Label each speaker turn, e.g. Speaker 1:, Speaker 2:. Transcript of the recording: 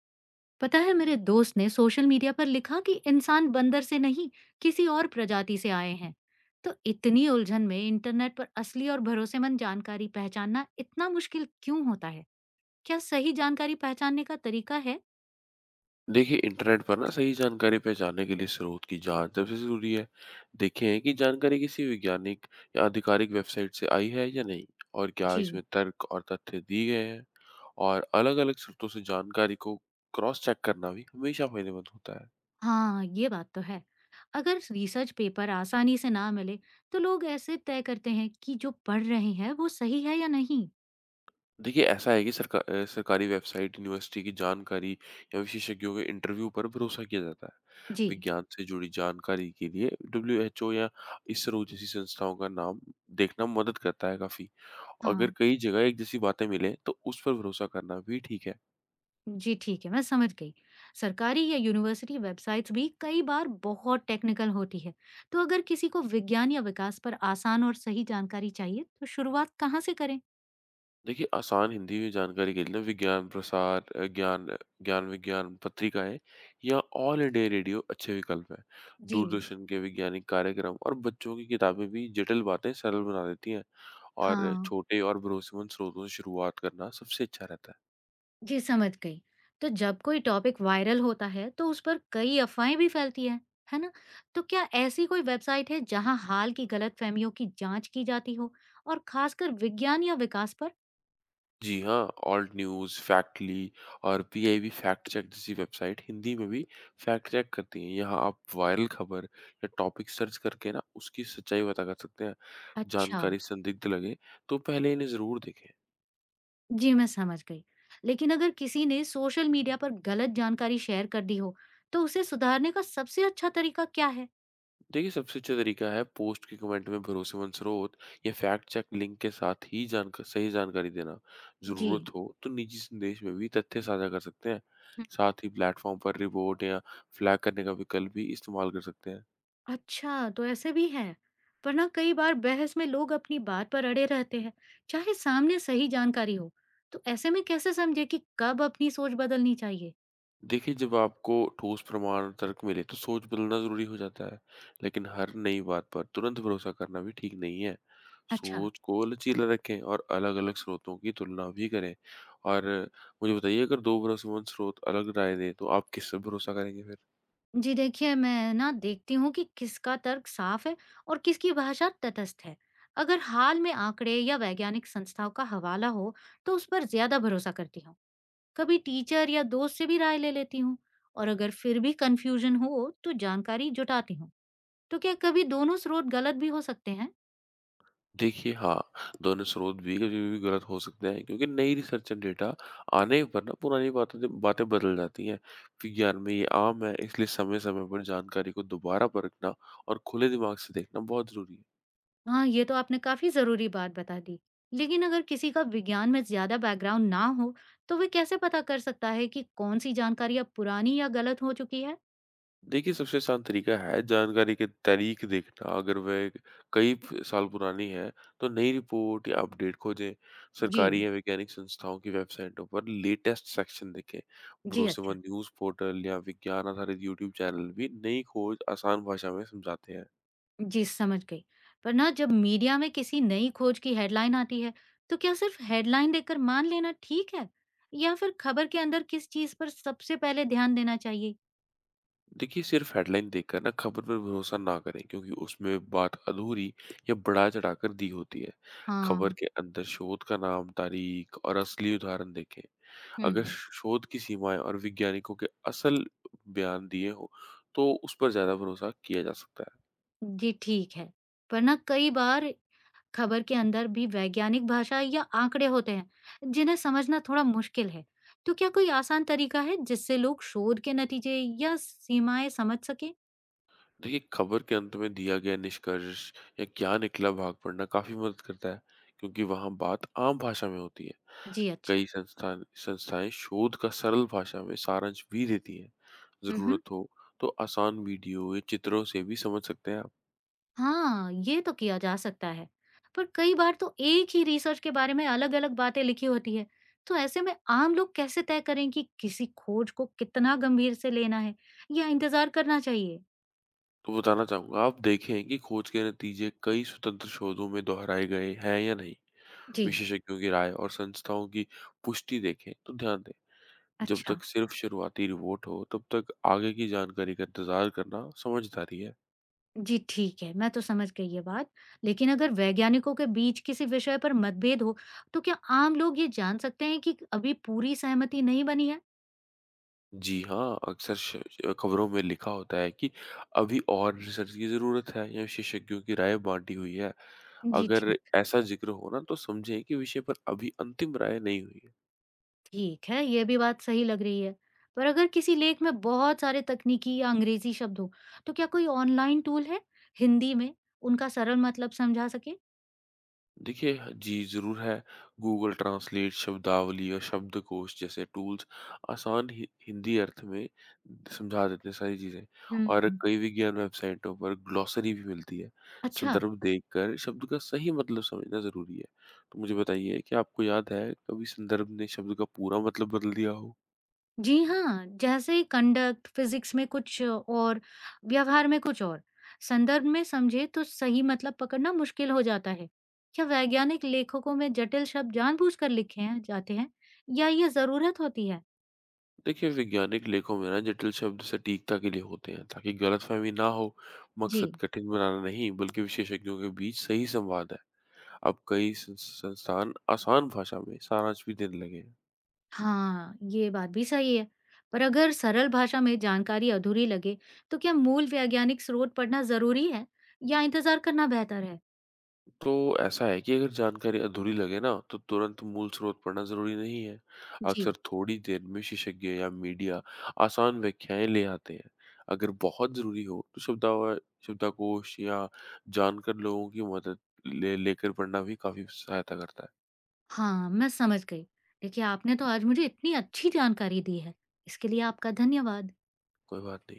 Speaker 1: पता है, मेरे दोस्त ने सोशल मीडिया पर लिखा कि इंसान बंदर से नहीं किसी और प्रजाति से आए हैं। तो इतनी उलझन में इंटरनेट पर असली और भरोसेमंद जानकारी पहचानना इतना मुश्किल क्यों होता है। क्या सही जानकारी पहचानने का तरीका है?
Speaker 2: देखिए, इंटरनेट पर ना सही जानकारी पहचानने के लिए स्रोत की जांच तो सबसे ज़रूरी है। देखें कि जानकारी किसी वैज्ञानिक या आधिकारिक वेबसाइट से आई है या नहीं और क्या
Speaker 1: जी।
Speaker 2: इसमें तर्क और तथ्य दिए गए हैं। और अलग-अलग स्रोतों से जानकारी को क्रॉस चेक करना भी हमेशा फ़ायदेमंद होता है।
Speaker 1: हाँ ये बात तो है। अगर रिसर्च पेपर आसानी से ना मिले तो लोग ऐसे तय करते हैं कि जो पढ़ रहे हैं वो सही है या नहीं।
Speaker 2: देखिए, ऐसा है कि सरकारी वेबसाइट, यूनिवर्सिटी की जानकारी या विशेषज्ञों के इंटरव्यू पर भरोसा किया जाता है।
Speaker 1: जी।
Speaker 2: विज्ञान से जुड़ी जानकारी के लिए डब्ल्यूएचओ या इसरो जैसी संस्थाओं का नाम देखना मदद करता है काफ़ी। अगर
Speaker 1: हाँ।
Speaker 2: कई जगह एक जैसी बातें मिलें तो उस पर भरोसा करना भी ठीक है।
Speaker 1: जी ठीक है, मैं समझ गई। सरकारी या यूनिवर्सिटी वेबसाइट्स भी कई बार बहुत टेक्निकल होती है। तो अगर किसी को विज्ञान या विकास पर आसान और सही जानकारी चाहिए, तो शुरुआत कहाँ से करें?
Speaker 2: देखिए आसान हिंदी में जानकारी के लिए ना विज्ञान प्रसार अ, ज्ञान ज्ञान विज्ञान पत्रिकाएँ या ऑल इंडिया रेडियो अच्छे विकल्प हैं।
Speaker 1: जी।
Speaker 2: दूरदर्शन के वैज्ञानिक कार्यक्रम और बच्चों की किताबें भी जटिल बातें सरल बना देती हैं। और
Speaker 1: हाँ।
Speaker 2: छोटे और भरोसेमंद स्रोतों से शुरुआत करना सबसे अच्छा रहता है।
Speaker 1: जी समझ गई। तो जब कोई टॉपिक वायरल होता है, तो उस पर कई अफवाहें भी फैलती है ना? तो क्या ऐसी कोई वेबसाइट है जहाँ हाल की गलतफहमियों की जांच की जाती हो और खासकर विज्ञान या विकास पर?
Speaker 2: जी हाँ, ऑल्ट न्यूज़, फैक्टली और पीआईबी फैक्ट चेक जैसी वेबसाइट हिंदी में भी फैक्ट चेक करती हैं। यहाँ आप वायरल खबर या टॉपिक सर्च करके ना उसकी सच्चाई पता कर सकते हैं।
Speaker 1: अच्छा।
Speaker 2: जानकारी संदिग्ध लगे तो पहले इन्हें ज़रूर देखें।
Speaker 1: जी, मैं समझ गई। लेकिन अगर किसी ने सोशल मीडिया पर गलत जानकारी शेयर कर दी हो, तो उसे सुधारने का सबसे अच्छा तरीका क्या है?
Speaker 2: देखिए सबसे अच्छा तरीका है पोस्ट के कमेंट में भरोसेमंद स्रोत या फैक्ट चेक लिंक के साथ ही जानक सही जानकारी देना।
Speaker 1: जी।
Speaker 2: ज़रूरत हो तो निजी संदेश में भी तथ्य साझा कर सकते हैं।
Speaker 1: हम्म।
Speaker 2: साथ ही प्लेटफॉर्म पर रिपोर्ट या फ्लैग करने का विकल्प भी इस्तेमाल कर सकते हैं।
Speaker 1: अच्छा, तो ऐसे भी है। पर ना कई बार बहस में लोग अपनी बात पर अड़े रहते हैं, चाहे सामने सही जानकारी हो। तो ऐसे में कैसे समझे कि कब अपनी सोच बदलनी चाहिए?
Speaker 2: देखिए, जब आपको ठोस प्रमाण तर्क मिले तो सोच बदलना ज़रूरी हो जाता है, लेकिन हर नई बात पर तुरंत भरोसा करना भी ठीक नहीं है।
Speaker 1: अच्छा।
Speaker 2: सोच को लचीला रखें और अलग-अलग स्रोतों की तुलना भी करें। और मुझे बताइए अगर 2 भरोसेमंद स्रोत अलग राय दें, तो आप किस पर भरोसा करेंगे फिर?
Speaker 1: जी देखिए, मैं ना देखती हूँ कि किसका तर्क साफ है और किसकी भाषा तटस्थ है। अगर हाल में आंकड़े या वैज्ञानिक संस्थाओं का हवाला हो, तो उस पर ज़्यादा भरोसा करती हूँ। कभी टीचर या दोस्त से भी राय ले लेती हूँ और अगर फिर भी कन्फ्यूजन हो, तो जानकारी जुटाती हूँ। तो क्या कभी दोनों स्रोत गलत भी हो सकते हैं?
Speaker 2: देखिए, हाँ, दोनों स्रोत भी कभी-भी गलत हो सकते हैं क्योंकि नई रिसर्च एंड डेटा आने पर ना पुरानी बातों से बातें बदल जाती हैं। विज्ञान में ये आम है, इसलिए समय-समय पर जानकारी को दोबारा परखना और खुले दिमाग से देखना बहुत ज़रूरी है।
Speaker 1: हाँ, ये तो आपने काफ़ी ज़रूरी बात बता दी। लेकिन अगर किसी का विज्ञान में ज़्यादा बैकग्राउंड ना हो, तो वे कैसे पता कर सकता है कि कौन सी जानकारी अब पुरानी या गलत हो चुकी है?
Speaker 2: देखिए, सबसे आसान तरीका है जानकारी की तारीख देखना। अगर वह कई प साल पुरानी है, तो नई रिपोर्ट या अपडेट खोजें।
Speaker 1: जी।
Speaker 2: सरकारी या वैज्ञानिक संस्थाओं की वेबसाइटों पर लेटेस्ट सेक्शन देखें।
Speaker 1: जी, अच्छा।
Speaker 2: भरोसेमंद न्यूज़ पोर्टल या विज्ञान आधारित यूट्यूब चैनल भी नई खोज आसान भाषा में समझाते हैं।
Speaker 1: जी, समझ गई। पर ना जब मीडिया में किसी नई खोज की हेडलाइन आती है, तो क्या सिर्फ हेडलाइन देखकर मान लेना ठीक है? या फिर खबर के अंदर किस चीज़ पर सबसे पहले ध्यान देना चाहिए?
Speaker 2: देखिए, सिर्फ हेडलाइन देखकर ना खबर पर भरोसा ना करें, क्योंकि उसमें बात अधूरी या बढ़ा-चढ़ाकर दी होती है। खबर
Speaker 1: हाँ,
Speaker 2: के अंदर शोध का नाम, तारीख और असली उदाहरण देखें। अगर
Speaker 1: हुँ।
Speaker 2: शोध की सीमाएं और वैज्ञानिकों के असल बयान दिए हो तो उस पर ज्यादा भरोसा किया जा सकता है।
Speaker 1: जी, ठीक है। पर ना कई बार खबर के अंदर भी वैज्ञानिक भाषा या आंकड़े होते हैं, जिन्हें समझना थोड़ा मुश्किल है। तो क्या कोई आसान तरीका है जिससे लोग शोध के नतीजे या सीमाएँ समझ सकें?
Speaker 2: देखिए खबर के अंत में दिया गया निष्कर्ष या क्या निकला भाग पढ़ना काफी मदद करता है, क्योंकि वहां बात आम भाषा में होती है।
Speaker 1: जी, अच्छा।
Speaker 2: कई संस्थान संस्थाएं शोध का सरल भाषा में सारांश भी देती हैं।
Speaker 1: हम्म।
Speaker 2: जरूरत हो तो आसान वीडियो या चित्रों से भी समझ सकते हैं आप।
Speaker 1: हाँ, ये तो किया जा सकता है। पर कई बार तो एक ही रिसर्च के बारे में अलग-अलग बातें लिखी होती है। तो ऐसे में आम लोग कैसे तय करें कि किसी खोज को कितना गंभीर से लेना है या इंतजार करना चाहिए?
Speaker 2: तो बताना चाहूंगा, आप देखें कि खोज के नतीजे कई स्वतंत्र शोधों में दोहराए गए हैं या नहीं।
Speaker 1: जी।
Speaker 2: विशेषज्ञों की राय और संस्थाओं की पुष्टि देखें तो ध्यान दें। जब
Speaker 1: अच्छा,
Speaker 2: तक सिर्फ शुरुआती रिपोर्ट हो तब तक आगे की जानकारी का इंतजार करना समझदारी है।
Speaker 1: जी ठीक है, मैं तो समझ गई ये बात। लेकिन अगर वैज्ञानिकों के बीच किसी विषय पर मतभेद हो, तो क्या आम लोग ये जान सकते हैं कि अभी पूरी सहमति नहीं बनी है?
Speaker 2: जी हाँ, अक्सर खबरों में लिखा होता है कि अभी और रिसर्च की जरूरत है या विशेषज्ञों की राय बांटी हुई है।
Speaker 1: जी
Speaker 2: अगर
Speaker 1: ठीक।
Speaker 2: ऐसा जिक्र हो ना तो समझें कि विषय पर अभी अंतिम राय नहीं हुई।
Speaker 1: ठीक है, ये भी बात सही लग रही है। पर अगर किसी लेख में बहुत सारे तकनीकी या अंग्रेजी शब्द हो, तो क्या कोई ऑनलाइन टूल है हिंदी में उनका सरल मतलब समझा सके?
Speaker 2: देखिए, जी ज़रूर है। गूगल ट्रांसलेट, शब्दावली और शब्दकोश जैसे टूल्स आसान हि हिंदी अर्थ में समझा देते हैं सारी चीज़ें।
Speaker 1: हम्म।
Speaker 2: और कई विज्ञान वेबसाइटों पर ग्लॉसरी भी मिलती है।
Speaker 1: अच्छा,
Speaker 2: संदर्भ देखकर शब्द का सही मतलब समझना ज़रूरी है। तो मुझे बताइए, क्या आपको याद है कभी संदर्भ ने शब्द का पूरा मतलब बदल दिया हो?
Speaker 1: जी हाँ, जैसे कंडक्ट, फिजिक्स में कुछ और व्यवहार में कुछ और। संदर्भ में समझे तो सही मतलब पकड़ना मुश्किल हो जाता है। क्या वैज्ञानिक लेखकों में जटिल शब्द जानबूझकर लिखे हैं जाते हैं या ये जरूरत होती है?
Speaker 2: देखिए, वैज्ञानिक लेखों में ना जटिल शब्द सटीकता के लिए होते हैं ताकि गलतफ़हमी ना हो। मकसद
Speaker 1: जी
Speaker 2: कठिन बनाना नहीं बल्कि विशेषज्ञों के बीच सही संवाद है। अब संस्थान आसान भाषा में सारांश भी देने लगे हैं।
Speaker 1: हाँ, ये बात भी सही है। पर अगर सरल भाषा में जानकारी अधूरी लगे, तो क्या मूल वैज्ञानिक स्रोत पढ़ना ज़रूरी है या इंतज़ार करना बेहतर है?
Speaker 2: तो ऐसा है कि अगर जानकारी अधूरी लगे ना तो तुरंत मूल स्रोत पढ़ना जरूरी नहीं है। अक्सर
Speaker 1: जी
Speaker 2: थोड़ी देर में विशेषज्ञ या मीडिया आसान व्याख्याएं ले आते हैं। अगर बहुत जरूरी हो तो शब्दावा शब्दकोश या जानकर लोगों की मदद ले लेकर पढ़ना भी काफी सहायता करता है।
Speaker 1: हाँ, मैं समझ गई। देखिए, आपने तो आज मुझे इतनी अच्छी जानकारी दी है। इसके लिए आपका धन्यवाद।
Speaker 2: कोई बात नहीं।